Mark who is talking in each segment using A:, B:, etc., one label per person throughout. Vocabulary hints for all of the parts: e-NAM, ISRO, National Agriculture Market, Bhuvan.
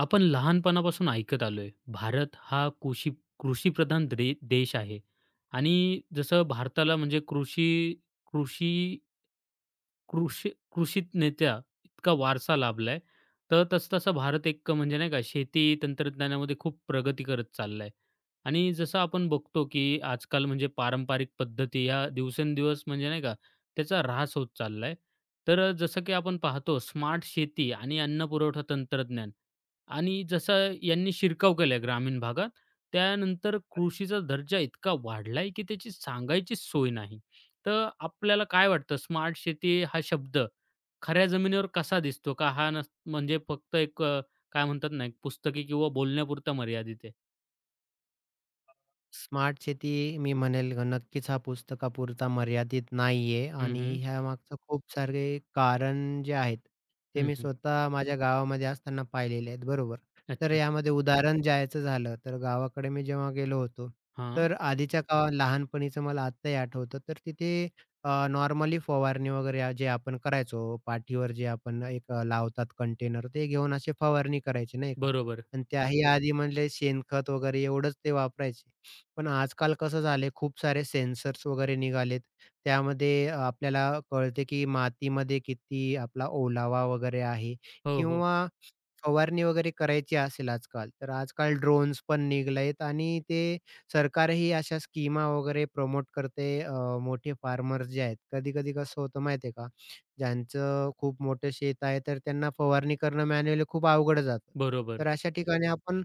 A: आपण लहानपणापासून ऐकत आलोय, भारत हा कृषीप्रधान देश आहे. आणि जसं भारताला म्हणजे कृषी कृषी कृषी कृषित नेत्या इतका वारसा लाभलाय. तर तसं-तसा भारत एक म्हणजे नाही का शेती तंत्रज्ञानामध्ये खूप प्रगती करत चाललाय. आणि जसं आपण बघतो, की आजकाल म्हणजे पारंपरिक पद्धती ह्या दिवसेंदिवस म्हणजे नाही का त्याचा ऱ्हास होत चाललाय. तर जसं की आपण पाहतो स्मार्ट शेती आणि अन्न पुरवठा तंत्रज्ञान आणि जसं यांनी शिरकाव केलाय ग्रामीण भागात, त्यानंतर कृषीचा दर्जा इतका वाढलाय, की त्याची सांगायचीच सोय नाही. तर आपल्याला काय वाटतं स्मार्ट शेती हा शब्द खऱ्या जमिनीवर कसा दिसतो? का हा म्हणजे फक्त एक काय म्हणतात ना, एक पुस्तकी किंवा बोलण्यापुरता मर्यादित आहे?
B: स्मार्ट शेती, मी म्हणेल नक्कीच हा पुस्तकापुरता मर्यादित नाहीये
A: हं,
B: आणि
A: हं.
B: ह्यामागचं खूप सारे कारण जे आहेत, ते
A: हं,
B: मी
A: हं.
B: स्वतः माझ्या गावामध्ये असताना पाहिलेले आहेत, बरोबर. तर
A: अच्छा.
B: यामध्ये उदाहरण द्यायचं झालं तर गावाकडे मी जेव्हा गेलो होतो,
A: हां.
B: तर आधीच्या काळात लहानपणीचं मला आत्ताही आठवतं, तर तिथे नॉर्मली फवारणी वगैरे जे आपण करायचो पाठीवर, जे आपण लावतात कंटेनर ते घेऊन अशी फवारणी करायची नाही का?
A: बरोबर.
B: आणि त्याही आधी म्हणजे शेणखत वगैरे एवढंच ते वापरायचे. पण आजकाल कसं झालंय, खूप सारे सेन्सर्स वगैरे निघालेत. त्यामध्ये आपल्याला कळते, की मातीमध्ये किती आपला ओलावा वगैरे आहे
A: हो, हो.
B: किंवा फवारणी वगैरे करायची असेल आजकाल, तर आजकाल ड्रोन्स पण निघालेत आणि ते सरकारही अशा स्कीमा वगैरे प्रमोट करते. मोठे फार्मर्स जे आहेत, कधी-कधी कसं होतं माहिती का, ज्यांचं खूप मोठं शेत आहे, तर त्यांना फवारणी करणं मॅन्युअली खूप अवघड जातं.
A: बरोबर.
B: तर अशा ठिकाणी आपण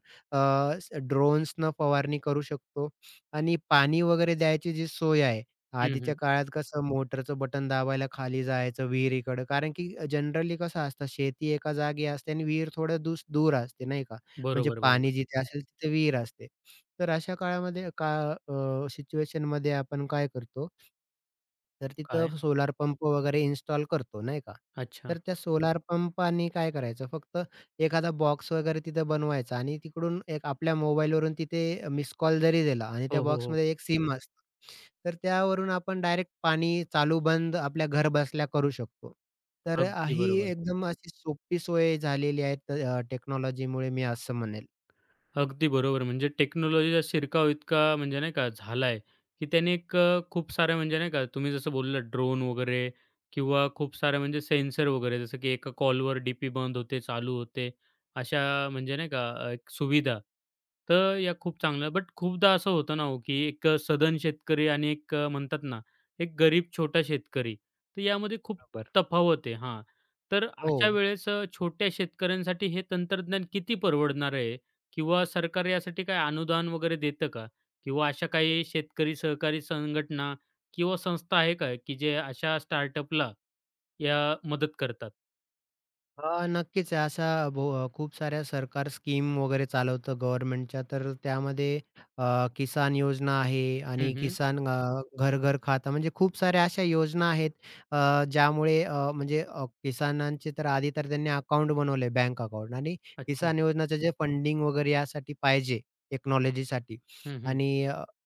B: ड्रोन्सनं फवारणी करू शकतो. आणि पाणी वगैरे द्यायची जी सोय आहे,
A: हं,
B: आधीच्या
A: हं.
B: काळात कसं मोटरचं बटन दाबायला खाली जायचं विहिरीकडं. कारण की जनरली कसं असतं, शेती एका जागी असते आणि विहीर थोडं दूर असते नाही का? म्हणजे
A: बरोबर, बरोबर.
B: पाणी जिथे असेल तिथे विहीर असते. तर अशा काळामध्ये सिच्युएशनमध्ये आपण काय करतो, तर
A: काय?
B: तिथं सोलार पंप वगैरे इन्स्टॉल करतो, नाही का?
A: अच्छा.
B: तर त्या सोलार पंपानी काय करायचं, फक्त एखादा बॉक्स वगैरे तिथं बनवायचा आणि तिकडून एक आपल्या मोबाईलवरून तिथे मिस कॉल जरी दिला आणि त्या
A: हो, हो, हो.
B: बॉक्समध्ये एक सिम असतं. तर त्यावरून आपण डायरेक्ट पाणी चालू बंद आपल्या घर बसल्या करू शकतो. तर
A: अगदी
B: ही
A: बरोबर.
B: एकदम अशी सोपी सोय झालेली आहे टेक्नॉलॉजीमुळे, मी असं म्हणेल.
A: अगदी बरोबर. म्हणजे टेक्नॉलॉजीचा शिरकाव इतका म्हणजे नाही का झालाय, की त्याने एक खूप साऱ्या म्हणजे नाही का तुम्ही जसं बोललात ड्रोन वगैरे किंवा खूप सारे म्हणजे सेन्सर वगैरे जसं की एका कॉलवर डीपी बंद होते, चालू होते. अशा म्हणजे नाही का एक सुविधा. तर या खूप चांगल्या बट खूपदा असं होतं ना हो, की एक शेतकरी आणि एक म्हणतात ना, एक गरीब छोटा शेतकरी. तर यामध्ये खूप
B: बरोबर.
A: तफावत आहे. हां. तर
B: हो.
A: अशा वेळेस छोट्या शेतकऱ्यांसाठी हे तंत्रज्ञान किती परवडणार आहे? किंवा सरकार यासाठी काही अनुदान वगैरे देतं का? किंवा अशा काही शेतकरी सहकारी संघटना किंवा संस्था आहे का, की जे अशा स्टार्टअपला या मदत करतात?
B: हां, नक्कीच आहे. अशा भो खूप साऱ्या सरकार स्कीम वगैरे चालवतं गव्हर्नमेंटच्या. तर त्यामध्ये किसान योजना आहे
A: हं,
B: आणि
A: हं.
B: किसान घर-घर खाता, म्हणजे खूप साऱ्या अशा योजना आहेत, ज्यामुळे म्हणजे किसानांचे तर आधी तर त्यांनी अकाउंट बनवले, बँक अकाउंट, आणि
A: अच्छा.
B: किसान योजनाचं जे फंडिंग वगैरे यासाठी पाहिजे टेक्नॉलॉजीसाठी
A: हं, हं.
B: आणि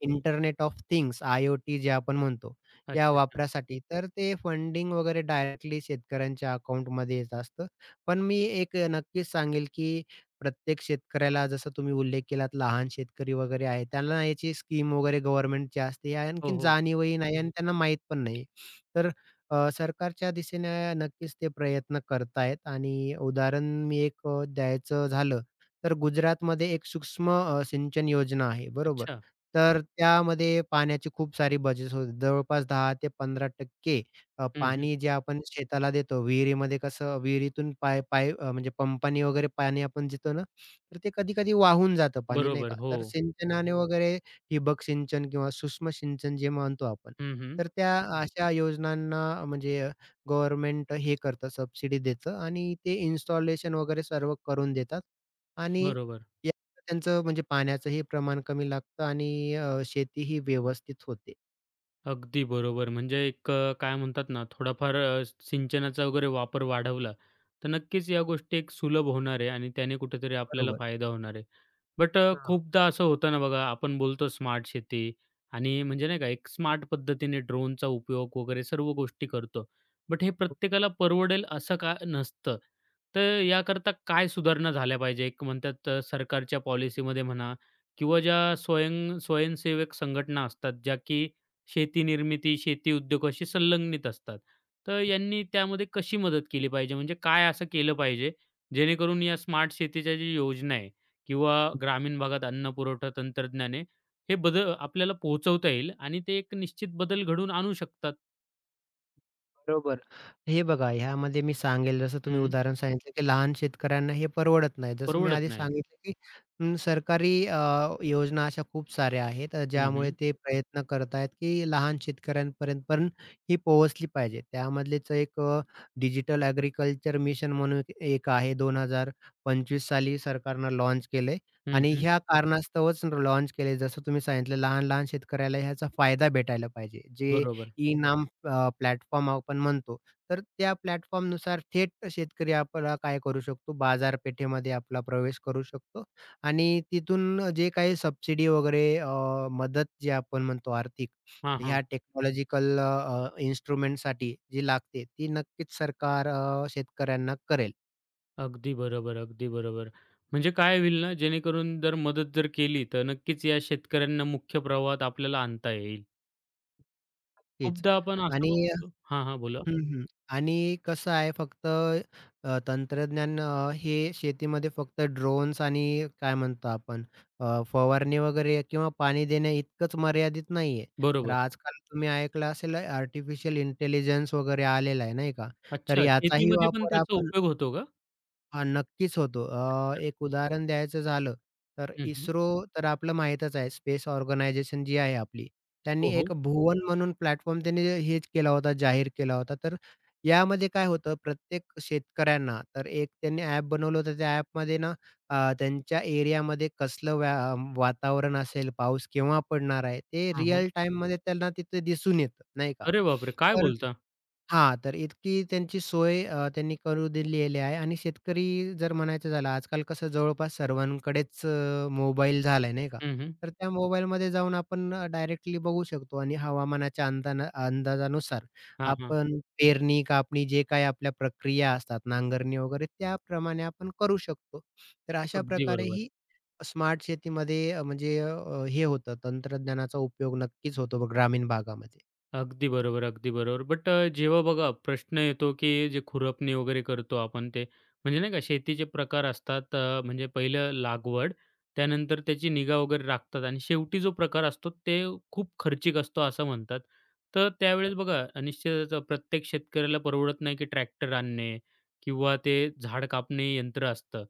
B: इंटरनेट ऑफ थिंग्स, आय-ओ-टी जे आपण म्हणतो,
A: अच्छा,
B: या
A: अच्छा.
B: वापरासाठी. तर ते फंडिंग वगैरे डायरेक्टली शेतकऱ्यांच्या अकाउंटमध्ये येत असतं. पण मी नक्कीच सांगेल, की प्रत्येक शेतकऱ्याला, जसा तुम्ही उल्लेख केलात, लहान शेतकरी वगैरे आहे, त्यांना याची स्कीम वगैरे गव्हर्नमेंटची असते, या
A: हो,
B: आणखीन
A: हो.
B: जाणीवही नाही आणि त्यांना माहीत पण नाही. तर सरकारच्या दिशेने नक्कीच ते प्रयत्न करतायत आणि उदाहरण मी द्यायचं झालं, तर गुजरातमध्ये एक सूक्ष्म सिंचन योजना आहे, बरोबर?
A: अच्छा.
B: तर त्यामध्ये पाण्याची खूप सारी बचत होते. जवळपास 10 ते 15%
A: हं, हं.
B: पाणी जे आपण शेताला देतो विहिरीमध्ये, कसं विहिरीतून पाय पाय अ, म्हणजे पंपानी वगैरे पाणी आपण देतो ना, तर ते कधी-कधी वाहून जातं पाणी, नाही
A: बरोबर.
B: का.
A: हो.
B: तर सिंचनाने वगैरे, ठिबक सिंचन किंवा सूक्ष्म सिंचन जे म्हणतो आपण,
A: हं, हं.
B: तर त्या अशा योजनांना म्हणजे गव्हर्नमेंट हे करतं, सबसिडी देतं आणि ते इन्स्टॉलेशन वगैरे सर्व करून देतात आणि
A: बरोबर.
B: या त्यांचं म्हणजे पाण्याचंही प्रमाण कमी लागतं आणि शेती ही व्यवस्थित होते.
A: अगदी बरोबर. म्हणजे एक काय म्हणतात ना, थोडाफार सिंचनाचा वगैरे वापर वाढवला, तर नक्कीच या गोष्टी एक सुलभ होणार आहे आणि त्याने कुठेतरी आपल्याला
B: बरोबर.
A: फायदा होणार आहे. बट
B: हां.
A: खूपदा असं होतं ना बघा, आपण बोलतो स्मार्ट शेती आणि म्हणजे नाही का एक स्मार्ट पद्धतीने ड्रोनचा उपयोग वगैरे सर्व गोष्टी करतो. बट हे प्रत्येकाला परवडेल असं का नसतं. तर याकरता काय सुधारणा झाल्या पाहिजे? एक म्हणतात सरकारच्या पॉलिसीमध्ये म्हणा किंवा ज्या स्वयंसेवक संघटना असतात, ज्या की शेती निर्मिती, शेती उद्योगाशी संलग्नित असतात. तर यांनी त्यामध्ये कशी मदत केली पाहिजे? म्हणजे काय असं केलं पाहिजे, जेणेकरून या स्मार्ट शेतीच्या जी योजना आहे, किंवा ग्रामीण भागात अन्न पुरवठा तंत्रज्ञाने हे बदल आपल्याला पोहोचवता येईल आणि ते एक निश्चित बदल घडवून आणू शकतात.
B: बरोबर. हे बघा, ह्यामध्ये मी सांगेल, जसं तुम्ही
A: हं,
B: उदाहरण सांगितलं, की लहान शेतकऱ्यांना हे परवडत नाही. जसं मी
A: परवडत
B: आधी
A: नाही.
B: सांगितलं, की सरकारी योजना अशा खूप साऱ्या आहेत,
A: हं,
B: ज्यामुळे
A: हं.
B: ते प्रयत्न करत आहेत, की लहान शेतकऱ्यांपर्यंत पण ही पोहोचली पाहिजे. त्यामधलेच एक डिजिटल ॲग्रीकल्चर मिशन म्हणून एक एक आहे, 2025 साली सरकारनं लॉन्च केलंय
A: हं,
B: आणि
A: हं.
B: ह्या कारणास्तवच लॉन्च केले. जसं तुम्ही सांगितलं, लहान-लहान शेतकऱ्याला ह्याचा फायदा भेटायला पाहिजे. जे
A: बरोबर.
B: ई नाम प्लॅटफॉर्म आपण म्हणतो. तर त्या प्लॅटफॉर्मनुसार थेट शेतकरी आपला काय करू शकतो, बाजारपेठेमध्ये आपला प्रवेश करू शकतो आणि तिथून जे काही सबसिडी वगैरे मदत जे आपण म्हणतो आर्थिक,
A: हां, हां.
B: ह्या टेक्नॉलॉजिकल इन्स्ट्रुमेंटसाठी जी लागते, ती नक्कीच सरकार शेतकऱ्यांना करेल.
A: अगदी बरोबर, अगदी बरोबर. म्हणजे काय होईल ना, जेणेकरून जर मदत जर केली, तर नक्कीच या शेतकऱ्यांना मुख्य प्रवाहात आपल्याला आणता येईल.
B: नक्कीच.
A: खूपदा आपण असं
B: आणि
A: बघतो हां, हां. बोला.
B: हं, हं. आणि कसं आहे, फक्त तंत्रज्ञान हे शेतीमध्ये फक्त ड्रोन्स आणि काय म्हणतो आपण, फवारणी वगैरे किंवा पाणी देणे इतकंच मर्यादित नाहीये. तर
A: बरोबर.
B: आजकाल तुम्ही ऐकलं असेल, आर्टिफिशियल इंटेलिजन्स वगैरे आलेला आहे, नाही का? तर
A: अच्छा,
B: याचाही
A: शेतीमध्ये पण
B: वापर
A: त्याचा
B: आपण,
A: उपयोग होतो का?
B: हां, नक्कीच होतो.
A: अच्छा.
B: एक उदाहरण द्यायचं झालं, तर
A: हं, हं.
B: इस्रो, तर आपलं माहीतच आहे, स्पेस ऑर्गनायझेशन जी आहे आपली.
A: हो,
B: त्यांनी
A: हो.
B: एक भुवन म्हणून प्लॅटफॉर्म त्यांनी हेच केला होता, जाहीर केला होता. तर यामध्ये काय होतं, प्रत्येक शेतकऱ्यांना तर एक त्यांनी ॲप बनवलं होतं. त्या ॲपमध्ये ना त्यांच्या एरियामध्ये कसलं वातावरण असेल, पाऊस केव्हा पडणार आहे, ते
A: हां, हां.
B: रिअल टाईममध्ये त्यांना तिथे दिसून येतं, नाही का?
A: अरे बापरे! काय
B: तर
A: बोलता?
B: हां, तर इतकी त्यांची सोय त्यांनी करून दिलेली आहे आणि शेतकरी जर म्हणायचं झालं, आजकाल कसं जवळपास सर्वांकडेच मोबाईल झालाय नाही का?
A: हं, हं.
B: तर त्या मोबाईलमध्ये जाऊन आपण डायरेक्टली बघू शकतो आणि हवामानाच्या अंदाजानुसार
A: हां, हां.
B: आपण पेरणी, कापणी जे काही आपल्या प्रक्रिया असतात, नांगरणी वगैरे त्याप्रमाणे आपण करू शकतो. तर अशा
A: अगदी
B: प्रकारे ही
A: बरोबर.
B: स्मार्ट शेतीमध्ये म्हणजे हे होतं, तंत्रज्ञानाचा उपयोग नक्कीच होतो ग्रामीण भागामध्ये.
A: अगदी बरोबर, अगदी बरोबर. बट जेव्हा बघा प्रश्न येतो, की जे खुरपणी वगैरे करतो आपण ते, म्हणजे नाही का शेतीचे प्रकार असतात म्हणजे पहिलं लागवड, त्यानंतर त्याची निगा वगैरे राखतात आणि शेवटी जो प्रकार असतो ते खूप खर्चिक असतो असं म्हणतात. तर त्यावेळेस बघा निश्चितच प्रत्येक शेतकऱ्याला परवडत नाही, की ट्रॅक्टर आणणे किंवा ते झाड कापणे यंत्र असतं,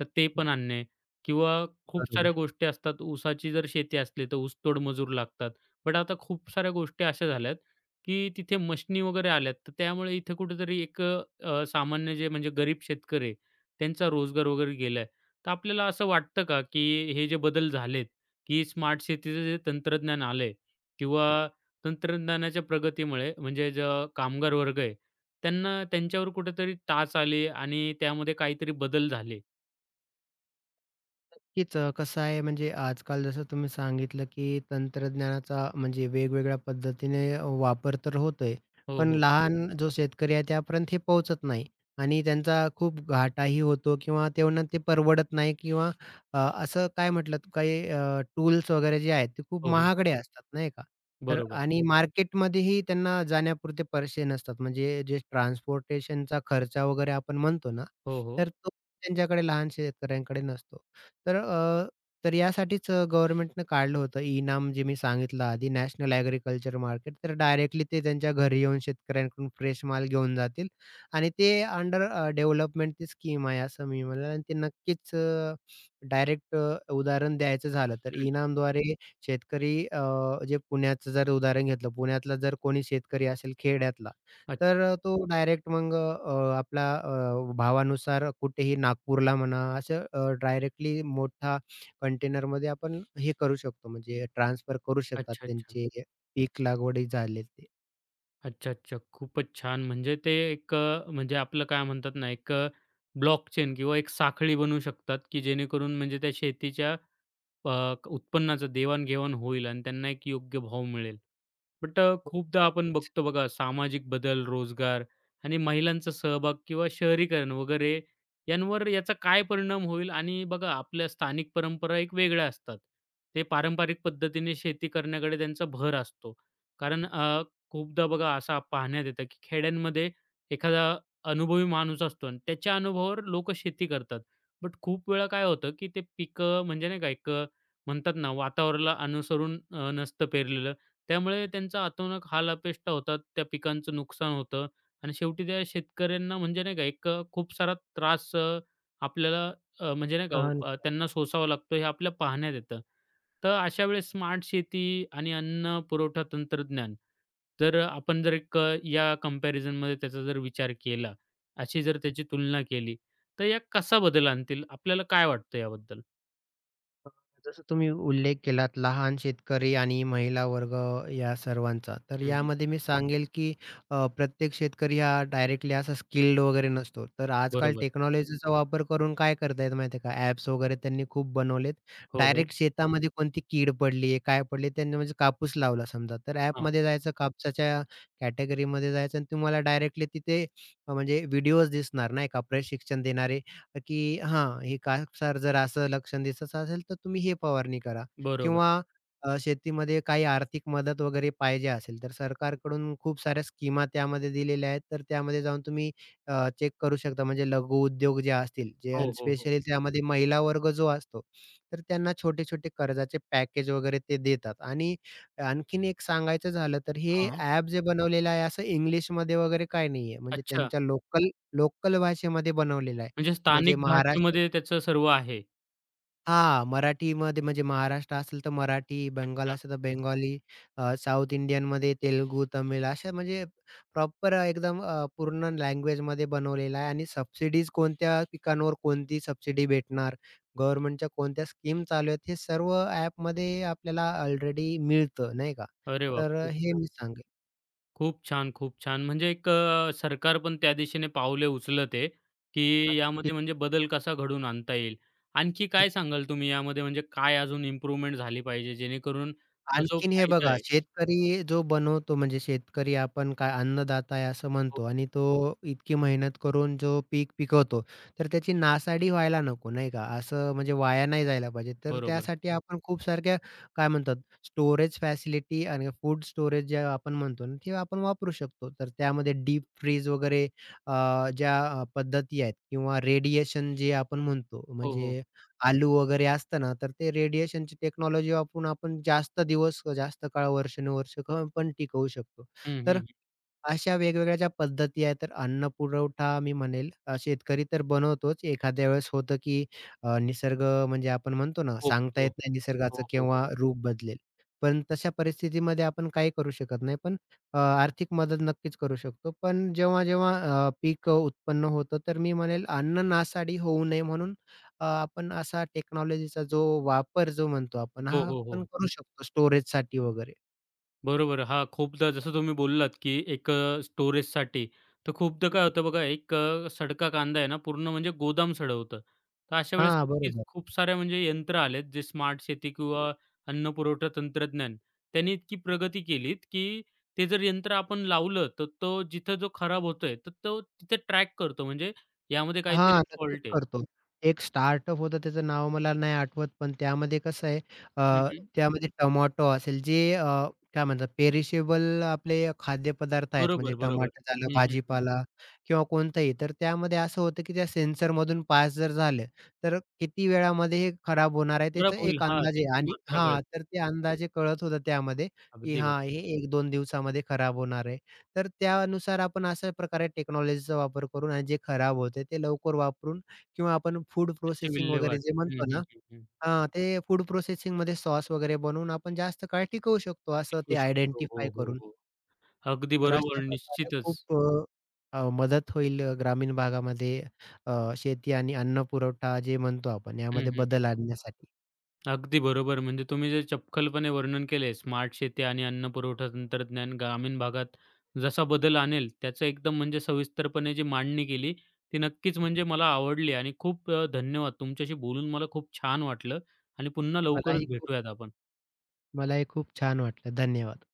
A: तर ते पण आणणे किंवा खूप साऱ्या
B: बरोबर.
A: गोष्टी असतात. ऊसाची जर शेती असली, तर ऊसतोड मजूर लागतात. बट आता खूप साऱ्या गोष्टी अशा झाल्यात, की तिथे मशनी वगैरे आल्यात. तर त्यामुळे इथे कुठेतरी एक अ, अ, सामान्य जे म्हणजे गरीब शेतकरी आहे, त्यांचा रोजगार वगैरे गेलाय. तर आपल्याला असं वाटतं का, की हे जे बदल झालेत, की स्मार्ट शेतीचं जे तंत्रज्ञान आलंय किंवा तंत्रज्ञानाच्या प्रगतीमुळे म्हणजे जो कामगार वर्ग आहे, त्यांना त्यांच्यावर कुठेतरी टाच आली आणि त्यामध्ये काहीतरी बदल झाले?
B: नक्कीच. कसं आहे म्हणजे, आजकाल जसं तुम्ही सांगितलं, की तंत्रज्ञानाचा म्हणजे वेगवेगळ्या पद्धतीने वापर तर होतोय.
A: हो,
B: पण हो,
A: हो.
B: लहान जो शेतकरी आहे त्यापर्यंत हे पोहोचत नाही आणि त्यांचा खूप घाटाही होतो किंवा त्यांना ते परवडत नाही किंवा असं काय म्हटलात, काही टूल्स वगैरे जे आहेत ते खूप
A: हो, हो.
B: महागडे असतात नाही का? तर
A: बरोबर.
B: आणि मार्केटमध्येही त्यांना जाण्यापुरते पैसे नसतात. म्हणजे जे ट्रान्सपोर्टेशनचा खर्च वगैरे आपण म्हणतो ना,
A: हो, हो.
B: तर तो त्यांच्याकडे, लहान शेतकऱ्यांकडे नसतो. तर तर यासाठीच गव्हर्नमेंटनं काढलं होतं इनाम, जे मी सांगितलं आधी, नॅशनल ॲग्रीकल्चर मार्केट. तर डायरेक्टली ते त्यांच्या घरी येऊन शेतकऱ्यांकडून फ्रेश माल घेऊन जातील आणि ते अंडर डेव्हलपमेंट ती स्कीम आहे असं मी म्हणेल आणि ते नक्कीच डायरेक्ट. उदाहरण द्यायचं झालं तर
A: हं.
B: इनामद्वारे शेतकरी, जे पुण्याचं जर उदाहरण घेतलं, पुण्यातला जर कोणी शेतकरी असेल खेड्यातला,
A: अच्छा.
B: तर तो डायरेक्ट मग आपला भावानुसार कुठेही, नागपूरला म्हणा, असं डायरेक्टली मोठा कंटेनरमध्ये आपण हे करू शकतो, म्हणजे ट्रान्सफर करू शकतात
A: अच्छा, अच्छा.
B: त्यांचे पीक लागवडी झाले ते.
A: अच्छा, अच्छा. खूपच छान. म्हणजे ते एक म्हणजे आपलं काय म्हणतात ना, एक ब्लॉकचेन किंवा एक साखळी बनवू शकतात, की जेणेकरून म्हणजे त्या शेतीच्या उत्पन्नाचं देवाण-घेवाण होईल आणि त्यांना एक योग्य भाव मिळेल. बट
B: हो,
A: खूपदा आपण
B: नक्कीच.
A: बघतो बघा सामाजिक बदल, रोजगार आणि महिलांचा सहभाग किंवा शहरीकरण वगैरे यांवर याचा काय परिणाम होईल आणि बघा आपल्या स्थानिक परंपरा एक वेगळ्या असतात. ते पारंपरिक पद्धतीने शेती करण्याकडे त्यांचा भर असतो. कारण खूपदा बघा असा पाहण्यात येतं, की खेड्यांमध्ये एखादा अनुभवी माणूस असतो आणि त्याच्या अनुभवावर लोकं शेती करतात. बट खूप वेळा काय होतं, की ते पिकं म्हणजे नाही का एक म्हणतात ना, वातावरणाला अनुसरून नसतं पेरलेलं. त्यामुळे त्यांचा अतोनात हालअपेष्टा होतात. त्या पिकांचं नुकसान होतं आणि शेवटी त्या शेतकऱ्यांना म्हणजे नाही का एक खूप सारा त्रास आपल्याला म्हणजे नाही का
B: सहन.
A: त्यांना सोसावा लागतो हे आपल्या पाहण्यात येतं. तर अशा वेळेस स्मार्ट शेती आणि अन्न पुरवठा तंत्रज्ञान जर आपण जर एक या कंपॅरिझनमध्ये त्याचा जर विचार केला, अशी जर त्याची तुलना केली, तर या कसा बदल आणतील? आपल्याला काय वाटतं याबद्दल?
B: जसं तुम्ही उल्लेख केलात, लहान शेतकरी आणि महिला वर्ग, या सर्वांचा. तर
A: हं,
B: यामध्ये मी हो सांगेल, की प्रत्येक शेतकरी हा डायरेक्टली असा स्किल्ड वगैरे नसतो. तर आजकाल, हं,
A: बरोबर.
B: टेक्नॉलॉजीचा वापर करून काय करतायत माहिती आहे का, ॲप्स वगैरे त्यांनी खूप बनवलेत.
A: हो, हो.
B: डायरेक्ट शेतामध्ये कोणती कीड पडली आहे, काय पडली, त्यांनी म्हणजे कापूस लावला समजा. तर
A: हां,
B: ॲपमध्ये जायचं, कापसाच्या कॅटेगरीमध्ये जायचं आणि तुम्हाला डायरेक्टली तिथे म्हणजे व्हिडिओज दिसणार नाही का, प्रशिक्षण देणारे, की हां, हे कापसावर जर असं लक्षण दिसत असेल, तर तुम्ही हे फवारणी करा
A: बरोबर.
B: किंवा शेतीमध्ये काही आर्थिक मदत वगैरे पाहिजे असेल, तर सरकारकडून खूप साऱ्या स्कीमा त्यामध्ये दिलेल्या आहेत. तर त्यामध्ये जाऊन तुम्ही चेक करू शकता. म्हणजे लघु उद्योग जे असतील, जे
A: हो,
B: अन्
A: हो, हो.
B: स्पेशली त्यामध्ये महिला वर्ग जो असतो, तर त्यांना छोटे-छोटे कर्जाचे पॅकेज वगैरे ते देतात. आणि आणखीन एक सांगायचं झालं, तर हे
A: हां.
B: ॲप जे बनवलेलं आहे, असं इंग्लिशमध्ये वगैरे काही नाहीये. म्हणजे
A: अच्छा,
B: त्यांच्या लोकल लोकल भाषेमध्ये बनवलेलं आहे.
A: म्हणजे
B: म्हणजे
A: स्थानिक
B: महाराष्ट्र,
A: भाषेमध्ये त्याचं सर्व आहे.
B: हां, मराठीमध्ये, म्हणजे महाराष्ट्र असेल तर मराठी, बंगाल
A: अच्छा.
B: असेल तर बेंगाली, साउथ इंडियनमध्ये तेलुगू, तमिळ, अशा म्हणजे प्रॉपर एकदम पूर्ण लँग्वेजमध्ये बनवलेला आहे. आणि सबसिडीज कोणत्या पिकांवर कोणती सबसिडी भेटणार, गव्हर्नमेंटच्या कोणत्या स्कीम चालू आहेत, हे सर्व ॲपमध्ये आपल्याला ऑलरेडी मिळतं नाही का?
A: अरे वाह!
B: तर
A: खूप
B: हे
A: छान,
B: मी
A: खूप छान, खूप छान. म्हणजे एक सरकार पण त्या दिशेने पावले उचलत आहे, की यामध्ये
B: सांगेल.
A: म्हणजे बदल कसा घडवून आणता येईल. आणखी काय सांगाल तुम्ही यामध्ये म्हणजे काय अजून इम्प्रूव्हमेंट झाली पाहिजे जेणेकरून हा जो
B: आणखीन हे
A: फायदा
B: बघा,
A: आहे
B: शेतकरी जो बनवतो, म्हणजे शेतकरी आपण काय अन्नदाता आहे असं
A: हो,
B: म्हणतो आणि तो इतकी मेहनत करून जो पीक पिकवतो, तर त्याची नासाडी व्हायला नको नाही का? असं म्हणजे वाया नाही जायला पाहिजे. तर
A: बरोबर.
B: त्यासाठी आपण खूप सारख्या, काय म्हणतात, स्टोरेज फॅसिलिटी आणि फूड स्टोरेज जे आपण म्हणतो ना, ते आपण वापरू शकतो. तर त्यामध्ये डीप फ्रीज वगैरे ज्या पद्धती आहेत किंवा रेडिएशन जे आपण म्हणतो,
A: हो, हो.
B: म्हणजे आलू वगैरे असतं ना, तर ते रेडिएशनची टेक्नॉलॉजी वापरून आपण जास्त दिवस, जास्त काळ, वर्षानुवर्ष पण टिकवू शकतो.
A: हं,
B: तर
A: हं.
B: अशा वेगवेगळ्या ज्या पद्धती आहेत, तर अन्न पुरवठा, मी म्हणेल, शेतकरी तर बनवतोच. एखाद्या वेळेस होतं, की निसर्ग, म्हणजे आपण म्हणतो ना, सांगता
A: पोखतो.
B: येत नाही
A: हो,
B: निसर्गाचं
A: हो, हो.
B: केव्हा रूप बदलेल. पण तशा परिस्थितीमध्ये आपण काही करू शकत नाही. पण आर्थिक मदत नक्कीच करू शकतो. पण जेव्हा-जेव्हा पीक उत्पन्न होतं, तर मी म्हणेल अन्न नासाडी होऊ नये म्हणून आपण असा टेक्नॉलॉजीचा जो वापर जो म्हणतो आपण,
A: हो,
B: हा
A: हो,
B: पण
A: हो.
B: करू शकतो स्टोरेजसाठी वगैरे.
A: बरोबर. हां, खूपदा जसं तुम्ही बोललात, की एक स्टोरेजसाठी. तर खूपदा काय होतं बघा, एक सडका कांदा आहे ना, पूर्ण म्हणजे गोदाम सडवतं. तर अशा वेळेस
B: हां,
A: नक्कीच
B: बरोबर.
A: खूप साऱ्या म्हणजे यंत्र आलेत, जे स्मार्ट शेती किंवा अन्न पुरवठा तंत्रज्ञान, त्यांनी इतकी प्रगती केलीत, की ते जर यंत्र आपण लावलं, तर तो जिथं जो खराब होतोय, तर तो तिथे ट्रॅक करतो. म्हणजे यामध्ये काहीतरी
B: हां, नक्कीच
A: फॉल्ट आहे.
B: करतो. एक स्टार्टअप होतं, त्याचं नाव मला नाही आठवत, पण त्यामध्ये कसं आहे,
A: हं,
B: अ,
A: हं.
B: त्यामध्ये टोमॅटो असेल, जे काय म्हणतात पेरिशेबल आपले खाद्यपदार्थ आहेत, म्हणजे
A: बरोबर, बरोबर.
B: टमाटर झालं,
A: हं, हं, हं.
B: भाजीपाला किंवा कोणताही. तर त्यामध्ये असं होतं, की त्या सेन्सरमधून पास जर झालं, तर किती वेळामध्ये हे खराब होणार आहे
A: खराब
B: त्याचा
A: होईल
B: एक
A: हां,
B: अंदाज,
A: त्याची
B: आणि
A: मात्रा
B: हां,
A: कळते.
B: तर ते अंदाजे कळत होतं त्यामध्ये, की
A: अगदी
B: हां, हे
A: बरोबर.
B: 1-2 दिवसामध्ये खराब होणार आहे. तर त्यानुसार आपण अशा प्रकारे टेक्नॉलॉजीचा वापर करून, आणि जे खराब होते ते लवकर वापरून किंवा आपण फूड
A: त्याची
B: प्रोसेसिंग वगैरे
A: विल्हेवाट.
B: जे
A: हं,
B: म्हणतो
A: हं,
B: ना,
A: हं, हं.
B: हां, ते फूड प्रोसेसिंगमध्ये सॉस वगैरे बनवून आपण जास्त काळ टिकवू शकतो, असं
A: टिकू
B: ते
A: शकतो. हो,
B: आयडेंटिफाय
A: हो,
B: करून.
A: हो. अगदी
B: तर
A: बरोबर
B: अशा प्रकारे
A: निश्चितच.
B: खूप मदत होईल ग्रामीण भागामध्ये शेती आणि अन्न पुरवठा जे म्हणतो आपण
A: हं,
B: यामध्ये
A: हं, हं.
B: बदल आणण्यासाठी.
A: अगदी बरोबर. म्हणजे तुम्ही जे चपखलपणे वर्णन केले स्मार्ट शेती आणि अन्न पुरवठा तंत्रज्ञान ग्रामीण भागात जसा बदल आणेल त्याचं एकदम म्हणजे सविस्तरपणे जी मांडणी केली ती नक्कीच म्हणजे मला आवडली आणि खूप धन्यवाद. तुमच्याशी बोलून मला खूप छान वाटलं आणि पुन्हा
B: मलाही
A: लवकरच
B: खूप
A: भेटूयात आपण.
B: मलाही खूप छान वाटलं. धन्यवाद.